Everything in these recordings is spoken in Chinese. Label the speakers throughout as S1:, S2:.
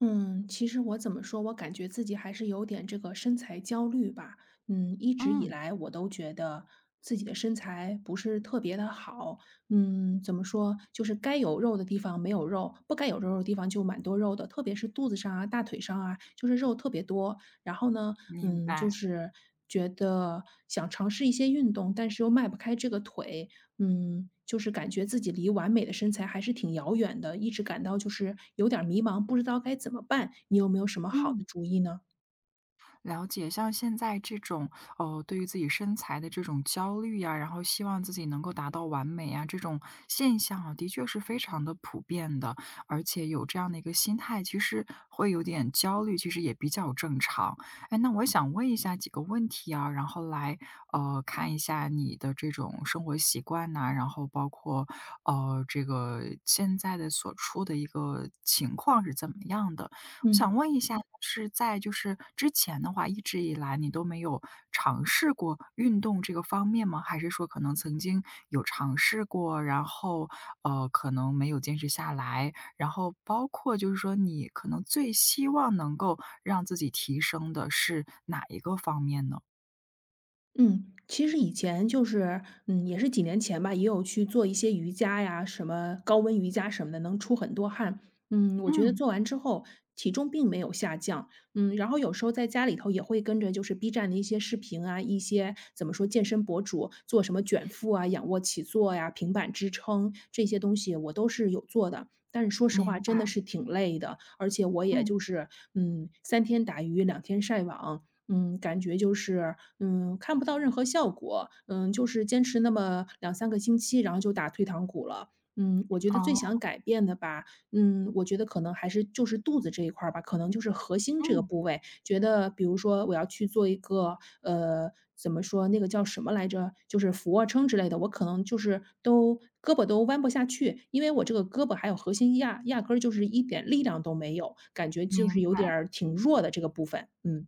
S1: 嗯，其实我怎么说，我感觉自己还是有点这个身材焦虑吧。一直以
S2: 嗯，
S1: 来我都觉得自己的身材不是特别的好。怎么说，就是该有肉的地方没有肉，不该有肉的地方就蛮多肉的，特别是肚子上啊、大腿上啊，就是肉特别多。然后呢，
S2: 明
S1: 就
S2: 白。
S1: 是觉得想尝试一些运动，但是又迈不开这个腿，就是感觉自己离完美的身材还是挺遥远的，一直感到就是有点儿迷茫，不知道该怎么办。你有没有什么好
S2: 嗯，
S1: 的主意呢？
S2: 了解。像现在这种，对于自己身材的这种焦虑呀，然后希望自己能够达到完美啊，这种现象啊，的确是非常的普遍的。而且有这样的一个心态，其实会有点焦虑，其实也比较正常。哎，那我想问一下几个问题啊，然后来看一下你的这种生活习惯呐、然后包括这个现在的所处的一个情况是怎么样的。想
S1: 嗯。
S2: 问一下，是在就是之前的话，一直以来你都没有尝试过运动这个方面吗？还是说可能曾经有尝试过，然后可能没有坚持下来，然后包括就是说你可能最希望能够让自己提升的是哪一个方面呢？
S1: 嗯，其实以前就是，也是几年前吧，也有去做一些瑜伽呀，什么高温瑜伽什么的，能出很多汗。我觉得
S2: 嗯，
S1: 做完之后体重并没有下降。然后有时候在家里头也会跟着就是 B 站的一些视频啊，一些怎么说健身博主做什么卷腹啊、仰卧起坐呀、平板支撑这些东西，我都是有做的。但是说实话，
S2: 明
S1: 真的
S2: 白。
S1: 是挺累的，而且我也
S2: 嗯。
S1: 就是，三天打鱼两天晒网，感觉就是，看不到任何效果，就是坚持那么两三个星期，然后就打退堂鼓了。我觉得最
S2: 哦。
S1: 想改变的吧，我觉得可能还是就是肚子这一块儿吧，可能就是核心这个
S2: 嗯，
S1: 部位，觉得比如说我要去做一个，怎么说，那个叫什么来着，就是俯卧撑之类的，我可能就是都胳膊都弯不下去，因为我这个胳膊还有核心压压根儿就是一点力量都没有，感觉就是
S2: 明
S1: 有
S2: 白。
S1: 点儿挺弱的这个部分，嗯。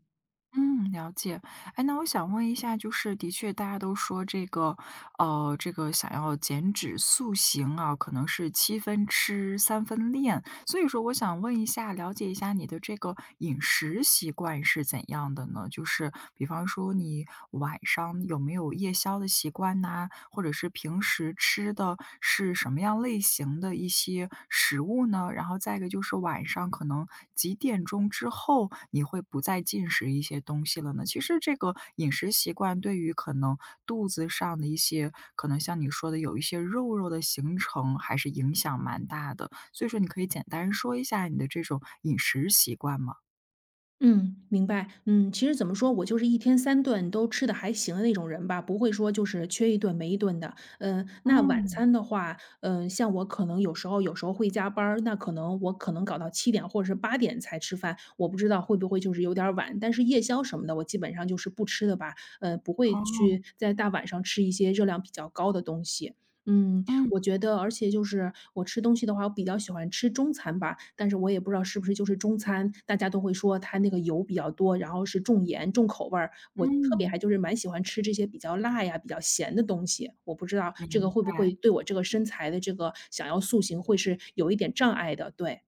S2: 嗯，了解。哎，那我想问一下，就是的确大家都说这个，这个想要减脂塑形啊，可能是七分吃三分练。所以说，我想问一下，了解一下你的这个饮食习惯是怎样的呢？就是比方说，你晚上有没有夜宵的习惯呐、或者是平时吃的是什么样类型的一些食物呢？然后再一个就是晚上可能。可能几点钟之后你会不再进食一些东西了呢？其实这个饮食习惯对于可能肚子上的一些，可能像你说的有一些肉肉的形成，还是影响蛮大的。所以说你可以简单说一下你的这种饮食习惯吗？
S1: 嗯，明白。嗯，其实怎么说，我就是一天三顿都吃的还行的那种人吧，不会说就是缺一顿没一顿的。嗯，那晚
S2: 嗯。
S1: 餐的话，像我可能有时候会加班儿那可能我可能搞到七点或者是8点才吃饭，我不知道会不会就是有点儿晚。但是夜宵什么的，我基本上就是不吃的吧，不会
S2: 哦。
S1: 去在大晚上吃一些热量比较高的东西。嗯，
S2: 嗯
S1: 我觉得而且就是我吃东西的话，我比较喜欢吃中餐吧，但是我也不知道是不是就是中餐，大家都会说它那个油比较多，然后是重盐、重口味儿。我特别
S2: 嗯。
S1: 还就是蛮喜欢吃这些比较辣呀、比较咸的东西，我不知道
S2: 明
S1: 这个会不
S2: 白。
S1: 会对我这个身材的这个想要塑形会是有一点障碍的，对。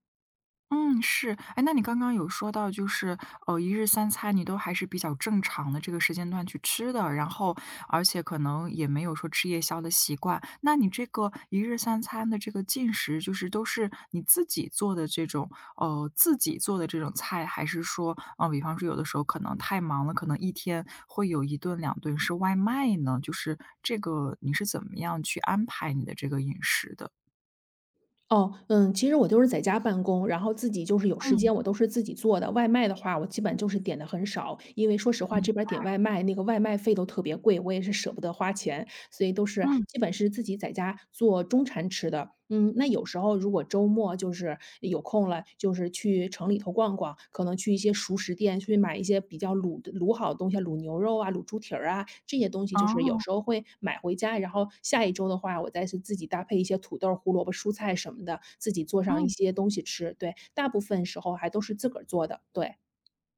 S2: 嗯，是。哎，那你刚刚有说到，就是，一日三餐你都还是比较正常的这个时间段去吃的，然后而且可能也没有说吃夜宵的习惯。那你这个一日三餐的这个进食，就是都是你自己做的这种，自己做的这种菜，还是说，嗯、比方说有的时候可能太忙了，可能一天会有一顿两顿是外卖呢？就是这个你是怎么样去安排你的这个饮食的？
S1: 哦，其实我就是在家办公，然后自己就是有时
S2: 嗯
S1: 间我都是自己做的。外卖的话，我基本就是点的很少，因为说实话，
S2: 嗯
S1: 这边儿点外卖那个外卖费都特别贵，我也是舍不得花钱。所以都是
S2: 嗯。
S1: 基本是自己在家做中餐吃的。嗯，那有时候如果周末就是有空了，就是去城里头逛逛，可能去一些熟食店去买一些比较卤的卤好的东西啊，卤牛肉啊、卤猪蹄儿啊这些东西，就是有
S2: 哦。
S1: 时候会买回家。然后下一周的话，我再是自己搭配一些土豆儿、胡萝卜、蔬菜什么的，自己做上一
S2: 嗯。
S1: 些东西吃。对，大部分时候还都是自个儿做的。对，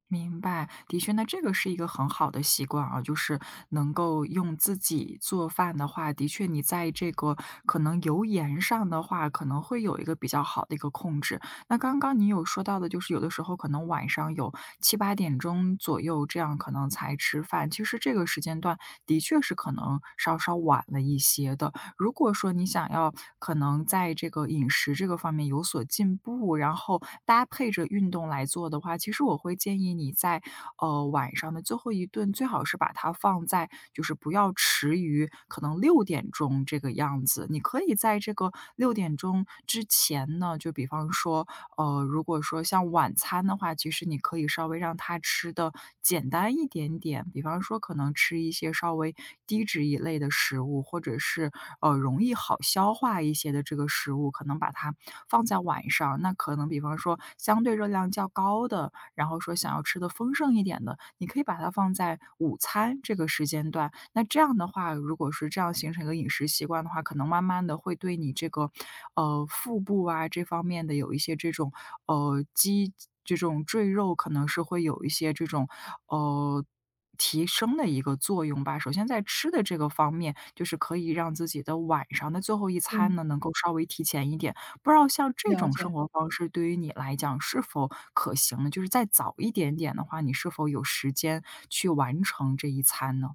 S2: 明白，的确，那这个是一个很好的习惯啊，就是能够用自己做饭的话，的确，你在这个可能油盐上的话，可能会有一个比较好的一个控制。那刚刚你有说到的，就是有的时候可能晚上有七八点钟左右，这样可能才吃饭。其实这个时间段的确是可能稍稍晚了一些的。如果说你想要可能在这个饮食这个方面有所进步，然后搭配着运动来做的话，其实我会建议你在晚上的最后一顿，最好是把它放在就是不要迟于可能六点钟这个样子。你可以在这个六点钟之前呢，就比方说如果说像晚餐的话，其实你可以稍微让他吃的简单一点点，比方说可能吃一些稍微低脂一类的食物，或者是容易好消化一些的这个食物，可能把它放在晚上。那可能比方说相对热量较高的，然后说想要吃的丰盛一点的，你可以把它放在午餐这个时间段，那这样的话，如果是这样形成一个饮食习惯的话，可能慢慢的会对你这个，腹部啊，这方面的有一些这种，呃，肌这种赘肉可能是会有一些这种，呃，提升的一个作用吧。首先在吃的这个方面，就是可以让自己的晚上的最后一餐
S1: 嗯，
S2: 呢，能够稍微提前一点。不知道像这
S1: 了
S2: 种生
S1: 解。
S2: 活方式对于你来讲是否可行呢？就是再早一点点的话，你是否有时间去完成这一餐呢？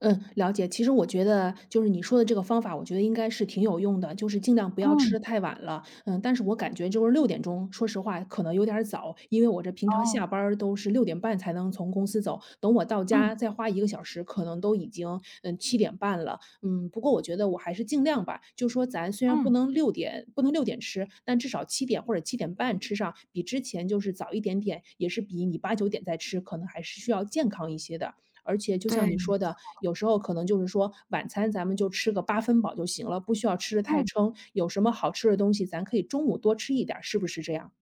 S1: 嗯，了解。其实我觉得就是你说的这个方法，我觉得应该是挺有用的，就是尽量不要
S2: 嗯。
S1: 吃的太晚了。嗯，但是我感觉就是6点钟，说实话可能有点儿早，因为我这平常
S2: 哦。
S1: 下班儿都是6点半才能从公司走，等我到
S2: 嗯。
S1: 家再花1个小时，可能都已经，七点半了。嗯，不过我觉得我还是尽量吧，就说咱虽然
S2: 嗯。
S1: 不能六点吃，但至少七点或者七点半吃上，比之前就是早一点点，也是比你八九点再吃，可能还是需要健康一些的。而且就
S2: 对，
S1: 像你
S2: 没
S1: 说
S2: 错。
S1: 的，有时候可能就是说晚餐咱们就吃个八分饱就行了，不需要吃得太
S2: 嗯，
S1: 撑。有什么好吃的东西，咱可以中午多吃一点儿是不是这样？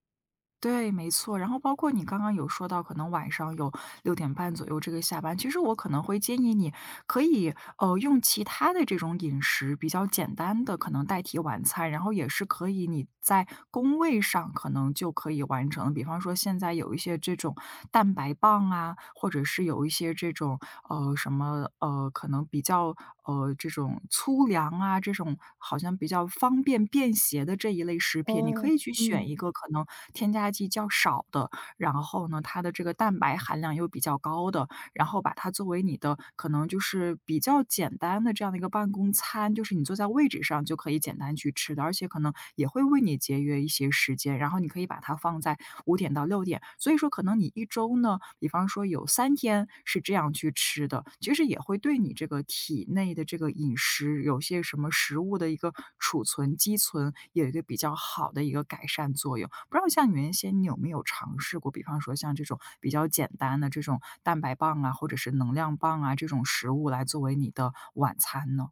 S2: 对，没错。然后包括你刚刚有说到，可能晚上有6点半左右这个下班，其实我可能会建议你可以，用其他的这种饮食比较简单的可能代替晚餐，然后也是可以你在工位上可能就可以完成，像比方说现在有一些这种蛋白棒啊，或者是有一些这种呃什么呃，可能比较这种粗粮啊，这种好像比较方便便携的这一类食品，你可
S1: 哦，
S2: 以去选
S1: 嗯。
S2: 一个可能添加剂较少的，然后呢，它的这个蛋白含量又比较高的，然后把它作为你的可能就是比较简单的这样的一个办公餐，就是你坐在位置上就可以简单去吃的，而且可能也会为你节约一些时间。然后你可以把它放在5点到6点，所以说可能你一周呢，比方说有3天是这样去吃的，其实也会对你这个体内的这个饮食，有些什么食物的一个储存、积存，有一个比较好的一个改善作用。不知道像原先你有没有尝试过，比方说像这种比较简单的这种蛋白棒啊，或者是能量棒啊这种食物来作为你的晚餐呢？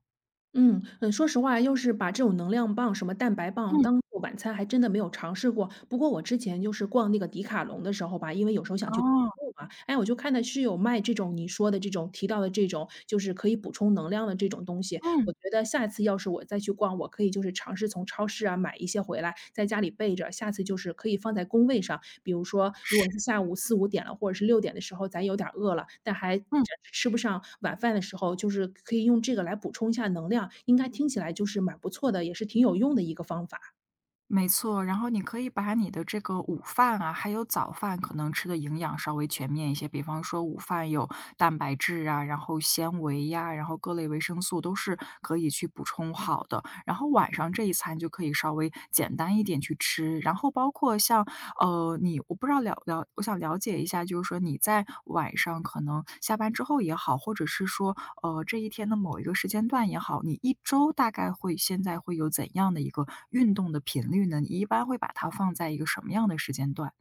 S1: 嗯，说实话，要是把这种能量棒、什么蛋白棒
S2: 嗯。
S1: 当做晚餐，还真的没有尝试过。不过我之前就是逛那个迪卡侬的时候吧，因为有时候想去购
S2: 哦。
S1: 物嘛，哎，我就看到是有卖这种你说的这种提到的这种，就是可以补充能量的这种东西。
S2: 嗯。
S1: 我觉得下次要是我再去逛，我可以就是尝试从超市啊买一些回来，在家里备着，下次就是可以放在工位上，比如说，如果是
S2: 是。
S1: 下午4、5点了，或者是六点的时候，咱有点儿饿了，但还暂
S2: 嗯。
S1: 时吃不上晚饭的时候，就是可以用这个来补充一下能量，应该听起来就是蛮不错的，也是挺有用的一个方法。
S2: 没错，然后你可以把你的这个午饭啊，还有早饭可能吃的营养稍微全面一些，比方说午饭有蛋白质啊，然后纤维呀、然后各类维生素都是可以去补充好的。然后晚上这一餐就可以稍微简单一点去吃，然后包括像你我不知道我想了解一下，就是说你在晚上可能下班之后也好，或者是说，这一天的某一个时间段也好，你一周大概会现在会有怎样的一个运动的频率呢？你一般会把它放在一个什么样的时间段？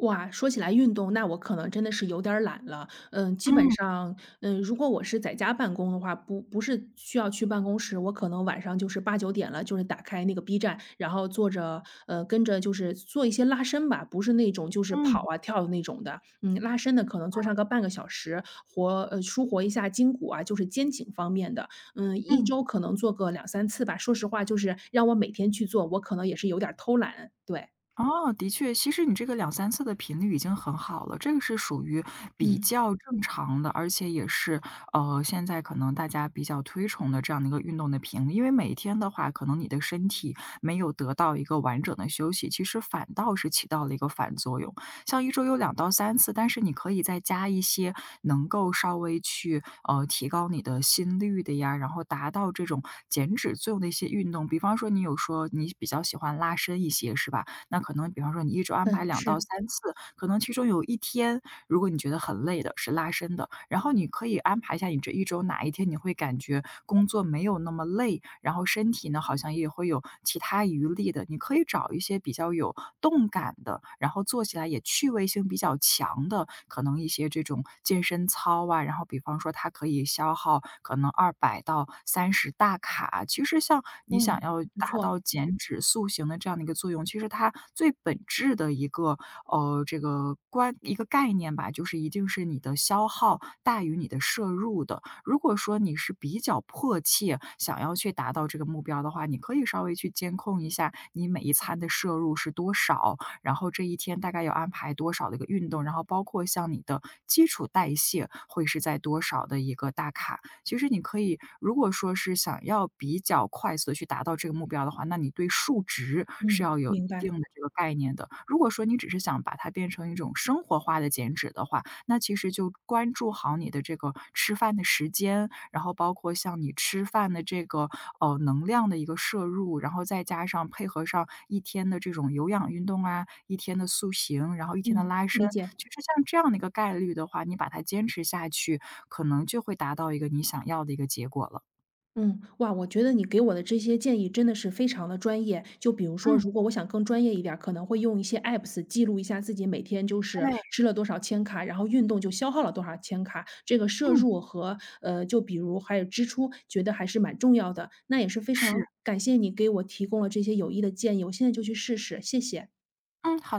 S1: 哇，说起来运动，那我可能真的是有点儿懒了。嗯，基本
S2: 嗯。
S1: 上，如果我是在家办公的话，不是需要去办公室，我可能晚上就是八九点了，就是打开那个 B 站，然后坐着，跟着就是做一些拉伸吧，不是那种就是跑
S2: 嗯。
S1: 啊跳的那种的。嗯，拉伸的可能做上个半个小时，舒活一下筋骨啊，就是肩颈方面的。嗯，一
S2: 嗯。
S1: 周可能做个两三次吧。说实话，就是让我每天去做，我可能也是有点儿偷懒。对，
S2: 哦，的确，其实你这个两三次的频率已经很好了，这个是属于比
S1: 嗯
S2: 较正常的，而且也是，现在可能大家比较推崇的这样的一个运动的频率。因为每天的话，可能你的身体没有得到一个完整的休息，其实反倒是起到了一个反作用。像一周有两到三次，但是你可以再加一些能够稍微去，提高你的心率的呀，然后达到这种减脂作用的一些运动。比方说你有说你比较喜欢拉伸一些，是吧？那可能比方说你一周安排
S1: 嗯，
S2: 两到
S1: 是。
S2: 三次，可能其中有一天，如果你觉得很累的，是拉伸的，然后你可以安排一下你这一周哪一天你会感觉工作没有那么累，然后身体呢，好像也会有其他余力的，你可以找一些比较有动感的，然后做起来也趣味性比较强的，的可能一些这种健身操啊，然后比方说它可以消耗可能200到30大卡。其实像你想
S1: 嗯，
S2: 要
S1: 不
S2: 达
S1: 错，
S2: 到减脂塑形的这样的一个作用，其实它最本质的一个，这个一个概念吧，就是一定是你的消耗大于你的摄入的。如果说你是比较迫切想要去达到这个目标的话，你可以稍微去监控一下你每一餐的摄入是多少，然后这一天大概要安排多少的一个运动，然后包括像你的基础代谢会是在多少的一个大卡。其实你可以，如果说是想要比较快速的去达到这个目标的话，那你对数值是要
S1: 嗯，
S2: 有一
S1: 明
S2: 定
S1: 白，
S2: 的这个概念的。如果说你只是想把它变成一种生活化的减脂的话，那其实就关注好你的这个吃饭的时间，然后包括像你吃饭的这个能量的一个摄入，然后再加上配合上一天的这种有氧运动啊，一天的塑形，然后一天的
S1: 嗯，
S2: 拉伸，
S1: 理解，
S2: 其实像这样的一个概率的话，你把它坚持下去，可能就会达到一个你想要的一个结果了。
S1: 嗯，哇，我觉得你给我的这些建议真的是非常的专业。就比如说，
S2: 嗯。
S1: 如果我想更专业一点儿，可能会用一些 apps 记录一下自己每天就是
S2: 对。
S1: 吃了多少千卡，然后运动就消耗了多少千卡，这个摄
S2: 嗯。
S1: 入和就比如还有支出，觉得还是蛮重要的。那也是非
S2: 是。
S1: 常感谢你给我提供了这些有益的建议，我现在就去试试，谢谢。
S2: 嗯，好的。